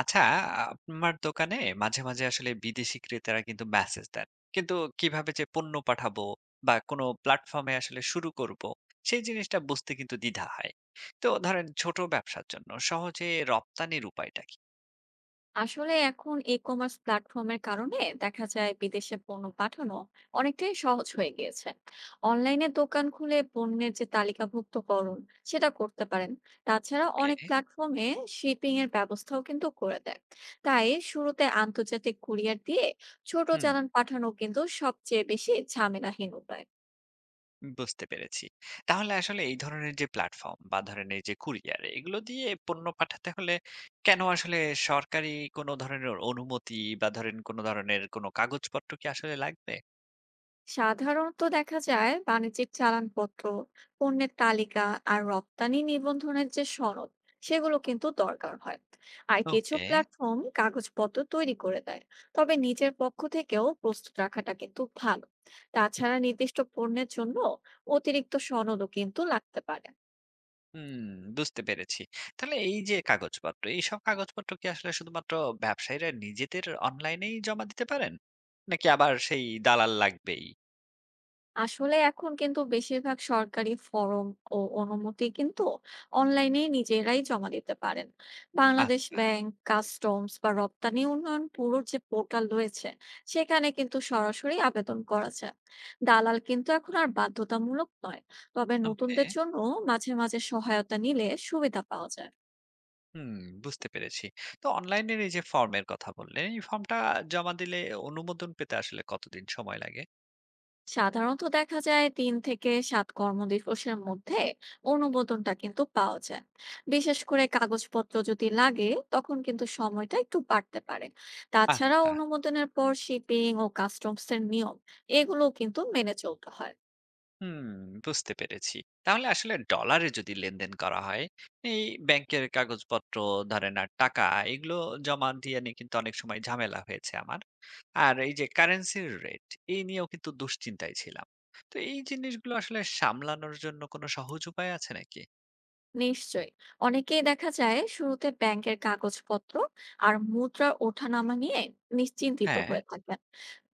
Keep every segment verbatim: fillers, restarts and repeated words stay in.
আচ্ছা, আমার দোকানে মাঝে, মাঝে আসলে বিদেশি ক্রেতারা কিন্তু মেসেজ দেন। কিন্তু কিভাবে যে পণ্য পাঠাবো বা কোনো প্ল্যাটফর্মে আসলে শুরু করব, সেই জিনিসটা বুঝতে কিন্তু দ্বিধা হয়। তো ধরেন ছোট ব্যবসার জন্য সহজে রপ্তানির উপায়টা কি? আসলে এখন ই-কমার্স প্ল্যাটফর্মের কারণে দেখা যায় বিদেশে পণ্য পাঠানো অনেকটাই সহজ হয়ে গিয়েছে। অনলাইনে দোকান খুলে পণ্যের যে তালিকাভুক্তকরণ সেটা করতে পারেন। তাছাড়া ওকে, অনেক প্ল্যাটফর্মে শিপিং এর ব্যবস্থাও কিন্তু করে দেয়। তাই শুরুতে আন্তর্জাতিক কুরিয়ার দিয়ে ছোট হুম, চালান পাঠানো কিন্তু সবচেয়ে বেশি ঝামেলাহীন উপায়। বুঝতে পেরেছি। তাহলে আসলে এই ধরনের যে প্ল্যাটফর্ম বা ধরেন এই যে কুরিয়ার, এগুলো দিয়ে পণ্য পাঠাতে হলে কেন আসলে সরকারি কোনো ধরনের অনুমতি বা ধরেন কোনো ধরনের কোনো কাগজপত্র কি আসলে লাগবে? সাধারণত দেখা যায় বাণিজ্যিক চালানপত্র, পণ্যের তালিকা আর রপ্তানি নিবন্ধনের যে সনদ, সেগুলো কিন্তু দরকার হয়। আর কিছু ওকে। প্ল্যাটফর্ম কাগজপত্র তৈরি করে দেয়। তবে নিজের পক্ষ থেকেও প্রস্তুত রাখাটা কিন্তু ভালো। তাছাড়া নির্দিষ্ট পণ্যের জন্য অতিরিক্ত সনদও কিন্তু লাগতে পারে। হুম, বুঝতে পেরেছি। তাহলে এই যে কাগজপত্র, এইসব কাগজপত্র কি আসলে শুধুমাত্র ব্যবসায়ীরা নিজেদের অনলাইনেই জমা দিতে পারেন? নাকি আবার সেই দালাল লাগবেই? আসলে এখন কিন্তু বেশিরভাগ সরকারি ফরম ও অনুমতি কিন্তু অনলাইনে নিজেরাই জমা দিতে পারেন। বাংলাদেশ আচ্ছা, ব্যাংক, কাস্টমস বা রপ্তানি উন্নয়ন ব্যুরোর যে পোর্টাল রয়েছে, সেখানে কিন্তু সরাসরি আবেদন করা যায়। দালাল কিন্তু এখন আর বাধ্যতামূলক নয়। তবে ওকে। নতুনদের জন্য মাঝে মাঝে সহায়তা নিলে সুবিধা পাওয়া যায়। হুম, বুঝতে পেরেছি। তো অনলাইনের এই যে ফর্মের কথা বললেন, এই ফর্মটা জমা দিলে অনুমোদন পেতে আসলে কতদিন সময় লাগে? সাধারণত দেখা যায় তিন থেকে সাত কর্মদিবসের মধ্যে অনুমোদনটা কিন্তু পাওয়া যায়। বিশেষ করে কাগজপত্র যদি লাগে তখন কিন্তু সময়টা একটু বাড়তে পারে। তাছাড়া আচ্ছা। অনুমোদনের পর শিপিং ও কাস্টমস এর নিয়ম, এগুলোও কিন্তু মেনে চলতে হয়। হুম, বুঝতে পেরেছি। তাহলে আসলে ডলারে যদি লেনদেন করা হয়, এই ব্যাংকের কাগজপত্র ধরেন আর টাকা এগুলো জমা দিয়ে নিয়ে কিন্তু অনেক সময় ঝামেলা হয়েছে আমার। আর এই যে কারেন্সির রেট এই নিয়েও কিন্তু দুশ্চিন্তায় ছিলাম। তো এই জিনিসগুলো আসলে সামলানোর জন্য কোনো সহজ উপায় আছে নাকি? নিশ্চয়ই, অনেকেই দেখা যায় শুরুতে ব্যাংকের কাগজপত্র আর মুদ্রার ওঠানামা নিয়ে নিশ্চিন্তিত হ্যাঁ, হয়ে থাকেন।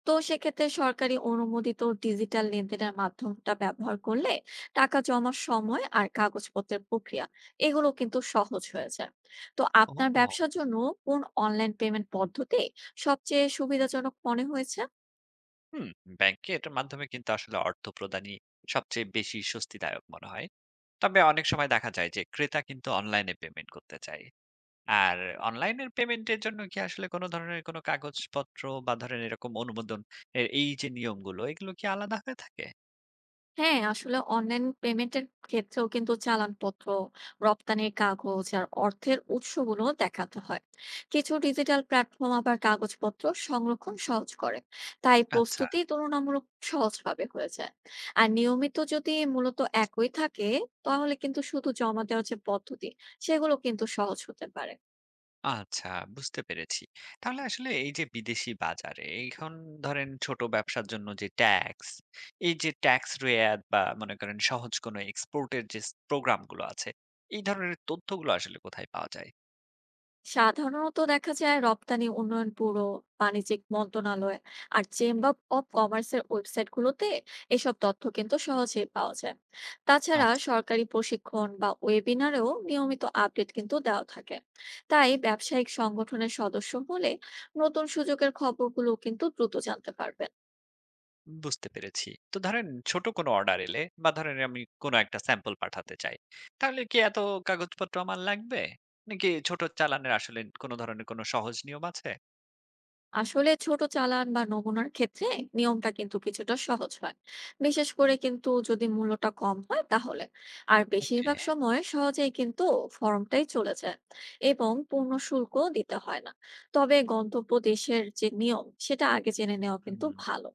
তো সেক্ষেত্রে সরকারি অনুমোদিত ডিজিটাল লেনদেনের মাধ্যমটা ব্যবহার করলে টাকা জমার সময় আর কাগজপত্রের প্রক্রিয়া, এগুলো কিন্তু সহজ হয়ে যায়। তো আপনার ও ব্যবসার জন্য কোন অনলাইন পেমেন্ট পদ্ধতি সবচেয়ে সুবিধাজনক মনে হয়েছে? হুম, ব্যাংকের মাধ্যমে কিন্তু আসলে অর্থ প্রদানই সবচেয়ে বেশি স্বস্তিদায়ক মনে হয়। তবে অনেক সময় দেখা যায় যে ক্রেতা কিন্তু অনলাইনে পেমেন্ট করতে চায়। আর অনলাইনের পেমেন্টের জন্য কি আসলে কোনো ধরনের কোনো কাগজপত্র বা ধরেন এরকম অনুমোদন এ এই যে নিয়মগুলো এগুলো কি আলাদা হয়ে থাকে? হ্যাঁ, আসলে অনলাইন পেমেন্টের ক্ষেত্রেও কিন্তু চালানপত্র, রপ্তানির কাগজ আর অর্থের উৎসগুলো দেখাতে হয়। কিছু ডিজিটাল প্ল্যাটফর্ম আবার কাগজপত্র সংরক্ষণ সহজ করে। তাই আচ্ছা, প্রস্তুতি তুলনামূলক সহজভাবে হয়ে যায়। আর নিয়মিত যদি মূলত একই থাকে, তাহলে কিন্তু শুধু জমা দেওয়ার যে পদ্ধতি, সেগুলো কিন্তু সহজ হতে পারে। আচ্ছা, বুঝতে পেরেছি। তাহলে আসলে এই যে বিদেশি বাজারে এখন ধরেন ছোট ব্যবসার জন্য যে ট্যাক্স, এই যে ট্যাক্স রেয়াত বা মনে করেন সহজ কোনো এক্সপোর্ট এর যে স প্রোগ্রামগুলো আছে, এই ধরনের তথ্যগুলো আসলে কোথায় পাওয়া যায়? সাধারণত দেখা যায় রপ্তানি উন্নয়ন ব্যুরো, বাণিজ্যিক মন্ত্রণালয় আর চেম্বার অব কমার্সের ওয়েবসাইটগুলোতে এসব তথ্য কিন্তু সহজেই পাওয়া যায়। আ তাছাড়া সরকারি প্রশিক্ষণ বা ওয়েবিনারেও নিয়মিত আপডেট কিন্তু দেওয়া থাকে। তাই ব্যবসায়িক সংগঠনের সদস্য হলে নতুন সুযোগের খবরগুলো কিন্তু দ্রুত জানতে পারবে। বুঝতে পেরেছি। তো ধরেন ছোট কোনো অর্ডার এলে বা ধরেন আমি কোনো একটা স্যাম্পল পাঠাতে চাই। তাহলে কি এত কাগজপত্র আমার লাগবে? নাকি ছোট চালানের আসলে কোনো ধরনের কোনো সহজ নিয়ম আছে? আসলে ছোট চালান বা নমুনার ক্ষেত্রে নিয়মটা কিন্তু কিছুটা সহজ হয়, বিশেষ করে কিন্তু যদি মূল্যটা কম হয় তাহলে। আর ওকে, বেশিরভাগ সময় সহজেই কিন্তু ফর্মটাই চলে যায় এবং পূর্ণ শুল্ক দিতে হয় না। তবে গন্তব্য দেশের যে নিয়ম সেটা আগে জেনে নেওয়া কিন্তু হুম, ভালো।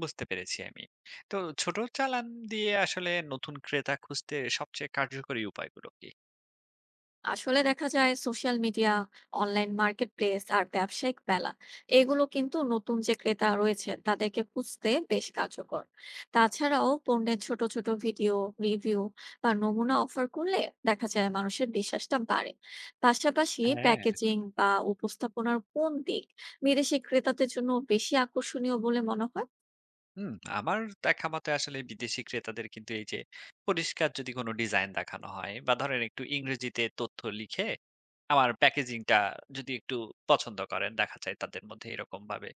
বুঝতে পেরেছি আমি। তো ছোট চালান দিয়ে আসলে নতুন ক্রেতা খুঁজতে সবচেয়ে কার্যকরী উপায়গুলো কি? আসলে দেখা যায় social media, online market place আর ব্যবসায়িক মেলা, এগুলো কিন্তু নতুন যে ক্রেতা রয়েছে তাদেরকে খুঁজতে বেশ কার্যকর। তাছাড়াও পণ্যের ছোট ছোট ভিডিও, রিভিউ বা নমুনা অফার করলে দেখা যায় মানুষের বিশ্বাসটা বাড়ে। পাশাপাশি হ্যাঁ। প্যাকেজিং বা উপস্থাপনার কোন দিক বিদেশি ক্রেতাদের জন্য বেশি আকর্ষণীয় বলে মনে হয়? হুম, আমার দেখা মতে আসলে বিদেশি ক্রেতাদের কিন্তু এই যে পরিষ্কার যদি কোনো ডিজাইন দেখানো হয় বা ধরেন একটু ইংরেজিতে তথ্য লিখে আমার প্যাকেজিংটা যদি একটু পছন্দ করেন, দেখা যায় তাদের মধ্যে এরকমভাবে।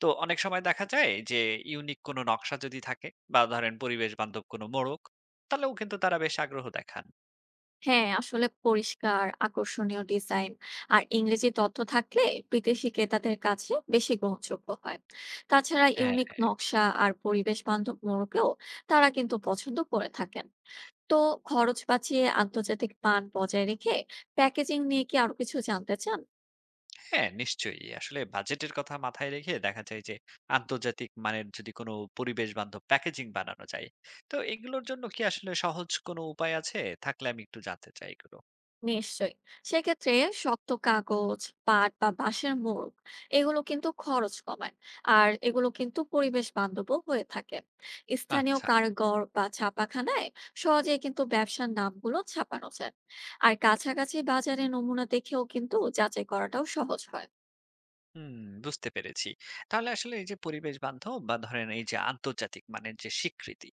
তো অনেক সময় দেখা যায় যে ইউনিক কোনো নকশা যদি থাকে বা ধরেন পরিবেশ বান্ধব কোনো মোড়ক, তাহলেও কিন্তু তারা বেশ আগ্রহ দেখান। হ্যাঁ, আসলে পরিষ্কার, আকর্ষণীয় ডিজাইন আর ইংরেজি তথ্য থাকলে বিদেশি ক্রেতাদের কাছে বেশি গ্রহণযোগ্য হয়। তাছাড়া ইউনিক হ্যাঁ। নকশা আর পরিবেশ বান্ধব মোড়কেও তারা কিন্তু পছন্দ করে থাকেন। তো খরচ বাঁচিয়ে আন্তর্জাতিক মান বজায় রেখে প্যাকেজিং নিয়ে কি আরো কিছু জানতে চান? হ্যাঁ, নিশ্চয়ই। আসলে বাজেটের কথা মাথায় রেখে দেখা যায় যে আন্তর্জাতিক মানের যদি কোনো পরিবেশ বান্ধব প্যাকেজিং বানানো যায়। তো এগুলোর জন্য কি আসলে সহজ কোনো উপায় আছে? থাকলে আমি একটু জানতে চাই এগুলো। নিশ্চয়ই। সেক্ষেত্রে শক্ত কাগজ, পাট বা বাঁশের মোড়ক, এগুলো কিন্তু খরচ কমায়। আর এগুলো কিন্তু পরিবেশ বান্ধবও হয়ে থাকে। স্থানীয় আচ্ছা। কারিগর বা ছাপাখানায় সহজেই কিন্তু ব্যবসার নামগুলো ছাপানো যায়। আর কাছাকাছি বাজারে নমুনা দেখেও কিন্তু যাচাই করাটাও সহজ হয়। হুম, বুঝতে পেরেছি। তাহলে আসলে এই যে পরিবেশ বান্ধব বা ধরেন এই যে আন্তর্জাতিক মানের যে স্বীকৃতি,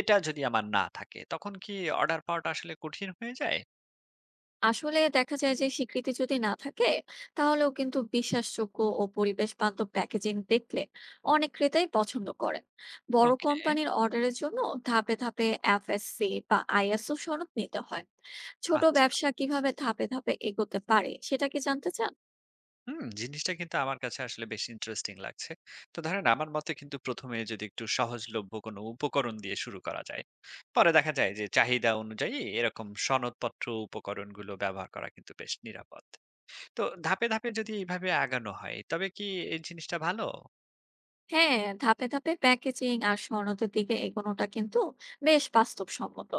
এটা যদি আমার না থাকে তখন কি অর্ডার পাওয়াটা আসলে কঠিন হয়ে যায়? আসলে দেখা যায় যে স্বীকৃতি যদি না থাকে, তাহলেও কিন্তু বিশ্বাসযোগ্য ও পরিবেশ বান্ধব প্যাকেজিং দেখলে অনেক ক্রেতাই পছন্দ করেন। বড় ওকে, কোম্পানির অর্ডারের জন্য ধাপে ধাপে এফএসসি বা আইএসও সনদ নিতে হয়। ছোট আচ্ছা। ব্যবসা কিভাবে ধাপে ধাপে এগোতে পারে সেটা কি জানতে চান? হুম, জিনিসটা কিন্তু আমার কাছে আসলে বেশ ইন্টারেস্টিং লাগছে। তো ধরেন আমার মতে কিন্তু প্রথম এ যদি একটু সহজলভ্য কোনো উপকরণ দিয়ে শুরু করা যায়, পরে দেখা যায় যে চাহিদা অনুযায়ী এরকম সনদপত্র উপকরণগুলো ব্যবহার করা কিন্তু বেশ নিরাপদ। তো ধাপে, ধাপে যদি এইভাবে আগানো হয় তবে কি এই জিনিসটা ভালো? হ্যাঁ, ধাপে ধাপে প্যাকেজিং আর সনদের দিকে এগোনোটা কিন্তু বেশ বাস্তবসম্মত।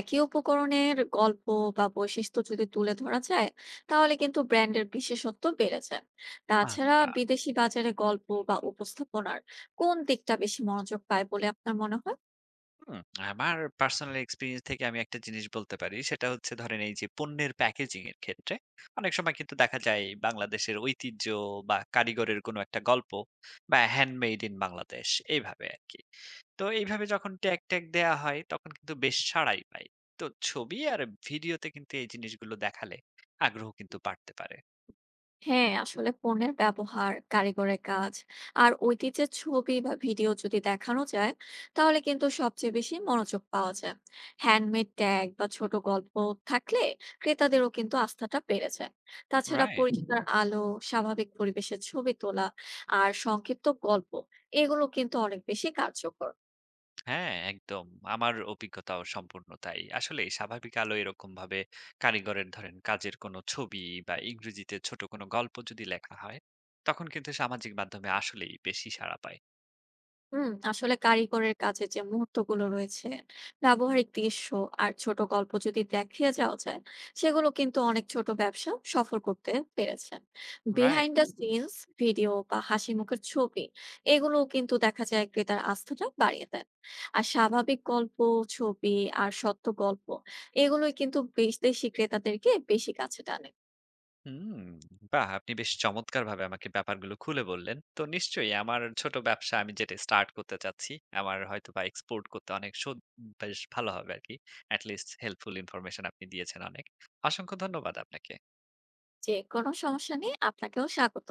একই উপকরণের গল্প বা বৈশিষ্ট্য যদি তুলে ধরা যায়, তাহলে কিন্তু ব্র্যান্ডের বিশেষত্ব বেড়ে যায়। তাছাড়া আচ্ছা। বিদেশি বাজারে গল্প বা উপস্থাপনার কোন দিকটা বেশি মনোযোগ পায় বলে আপনার মনে হয়? হুম, আমার পার্সোনাল এক্সপেরিয়েন্স থেকে আমি একটা জিনিস বলতে পারি। সেটা হচ্ছে ধরেন এই যে পণ্যের প্যাকেজিং এর ক্ষেত্রে অনেক সময় কিন্তু দেখা যায় বাংলাদেশের ঐতিহ্য বা কারিগরের কোনো একটা গল্প বা হ্যান্ডমেড ইন বাংলাদেশ এইভাবে আরকি। তো এইভাবে যখন ট্যাগ ট্যাগ দেয়া হয় তখন কিন্তু বেশ সাড়াই পায়। তো ছবি আর ভিডিওতে কিন্তু এই জিনিসগুলো দেখালে আগ্রহ কিন্তু বাড়তে পারে। হ্যাঁ, আসলে পণ্যের ব্যবহার, কারিগরের কাজ আর ঐতিহ্যের ছবি বা ভিডিও যদি দেখানো যায়, তাহলে কিন্তু সবচেয়ে বেশি মনোযোগ পাওয়া যায়। হ্যান্ডমেড ট্যাগ বা ছোট গল্প থাকলে ক্রেতাদেরও কিন্তু আস্থাটা বেড়ে যায়। তাছাড়া রাইট? পরিষ্কার আলো, স্বাভাবিক পরিবেশের ছবি তোলা আর সংক্ষিপ্ত গল্প, এগুলো কিন্তু অনেক বেশি কার্যকর। হ্যাঁ, একদম। আমার অভিজ্ঞতাও সম্পূর্ণ তাই। আসলেই স্বাভাবিক আলো এরকমভাবে কারিগরের ধরেন কাজের কোনো ছবি বা ইংরেজিতে ছোট কোনো গল্প যদি লেখা হয়, তখন কিন্তু সামাজিক মাধ্যমে আসলেই বেশি সাড়া পায়। হুম, আসলে কারিগরের কাজের যে মুহূর্তগুলো রয়েছে, ব্যবহারিক দৃশ্য আর ছোট গল্প যদি দেখিয়ে যাওয়া যায়, সেগুলো কিন্তু অনেক ছোট ব্যবসা সফল করতে পেরেছেন। Right. Behind the hmm. Scenes video বা হাসি মুখের ছবি, এগুলোও কিন্তু দেখা যায় ক্রেতার আস্থাটা বাড়িয়ে দেন। আর স্বাভাবিক গল্প, ছবি আর সত্য গল্প, এগুলোই কিন্তু বিদেশি ক্রেতাদেরকে বেশি কাছে টানে। হুম। বাহ! আপনি বেশ চমৎকারভাবে আমাকে ব্যাপারগুলো খুলে বললেন। তো নিশ্চয়ই আমার ছোট ব্যবসা আমি যেটা স্টার্ট করতে চাচ্ছি, আমার হয়তোবা এক্সপোর্ট করতে অনেক সো বেশ ভালো হবে আরকি। এটি লিস্ট হেল্পফুল ইনফরমেশন আপনি দিয়েছেন অনেক। অসংখ্য ধন্যবাদ আপনাকে। যে কোনো সমস্যা নেই, আপনাকেও স্বাগত।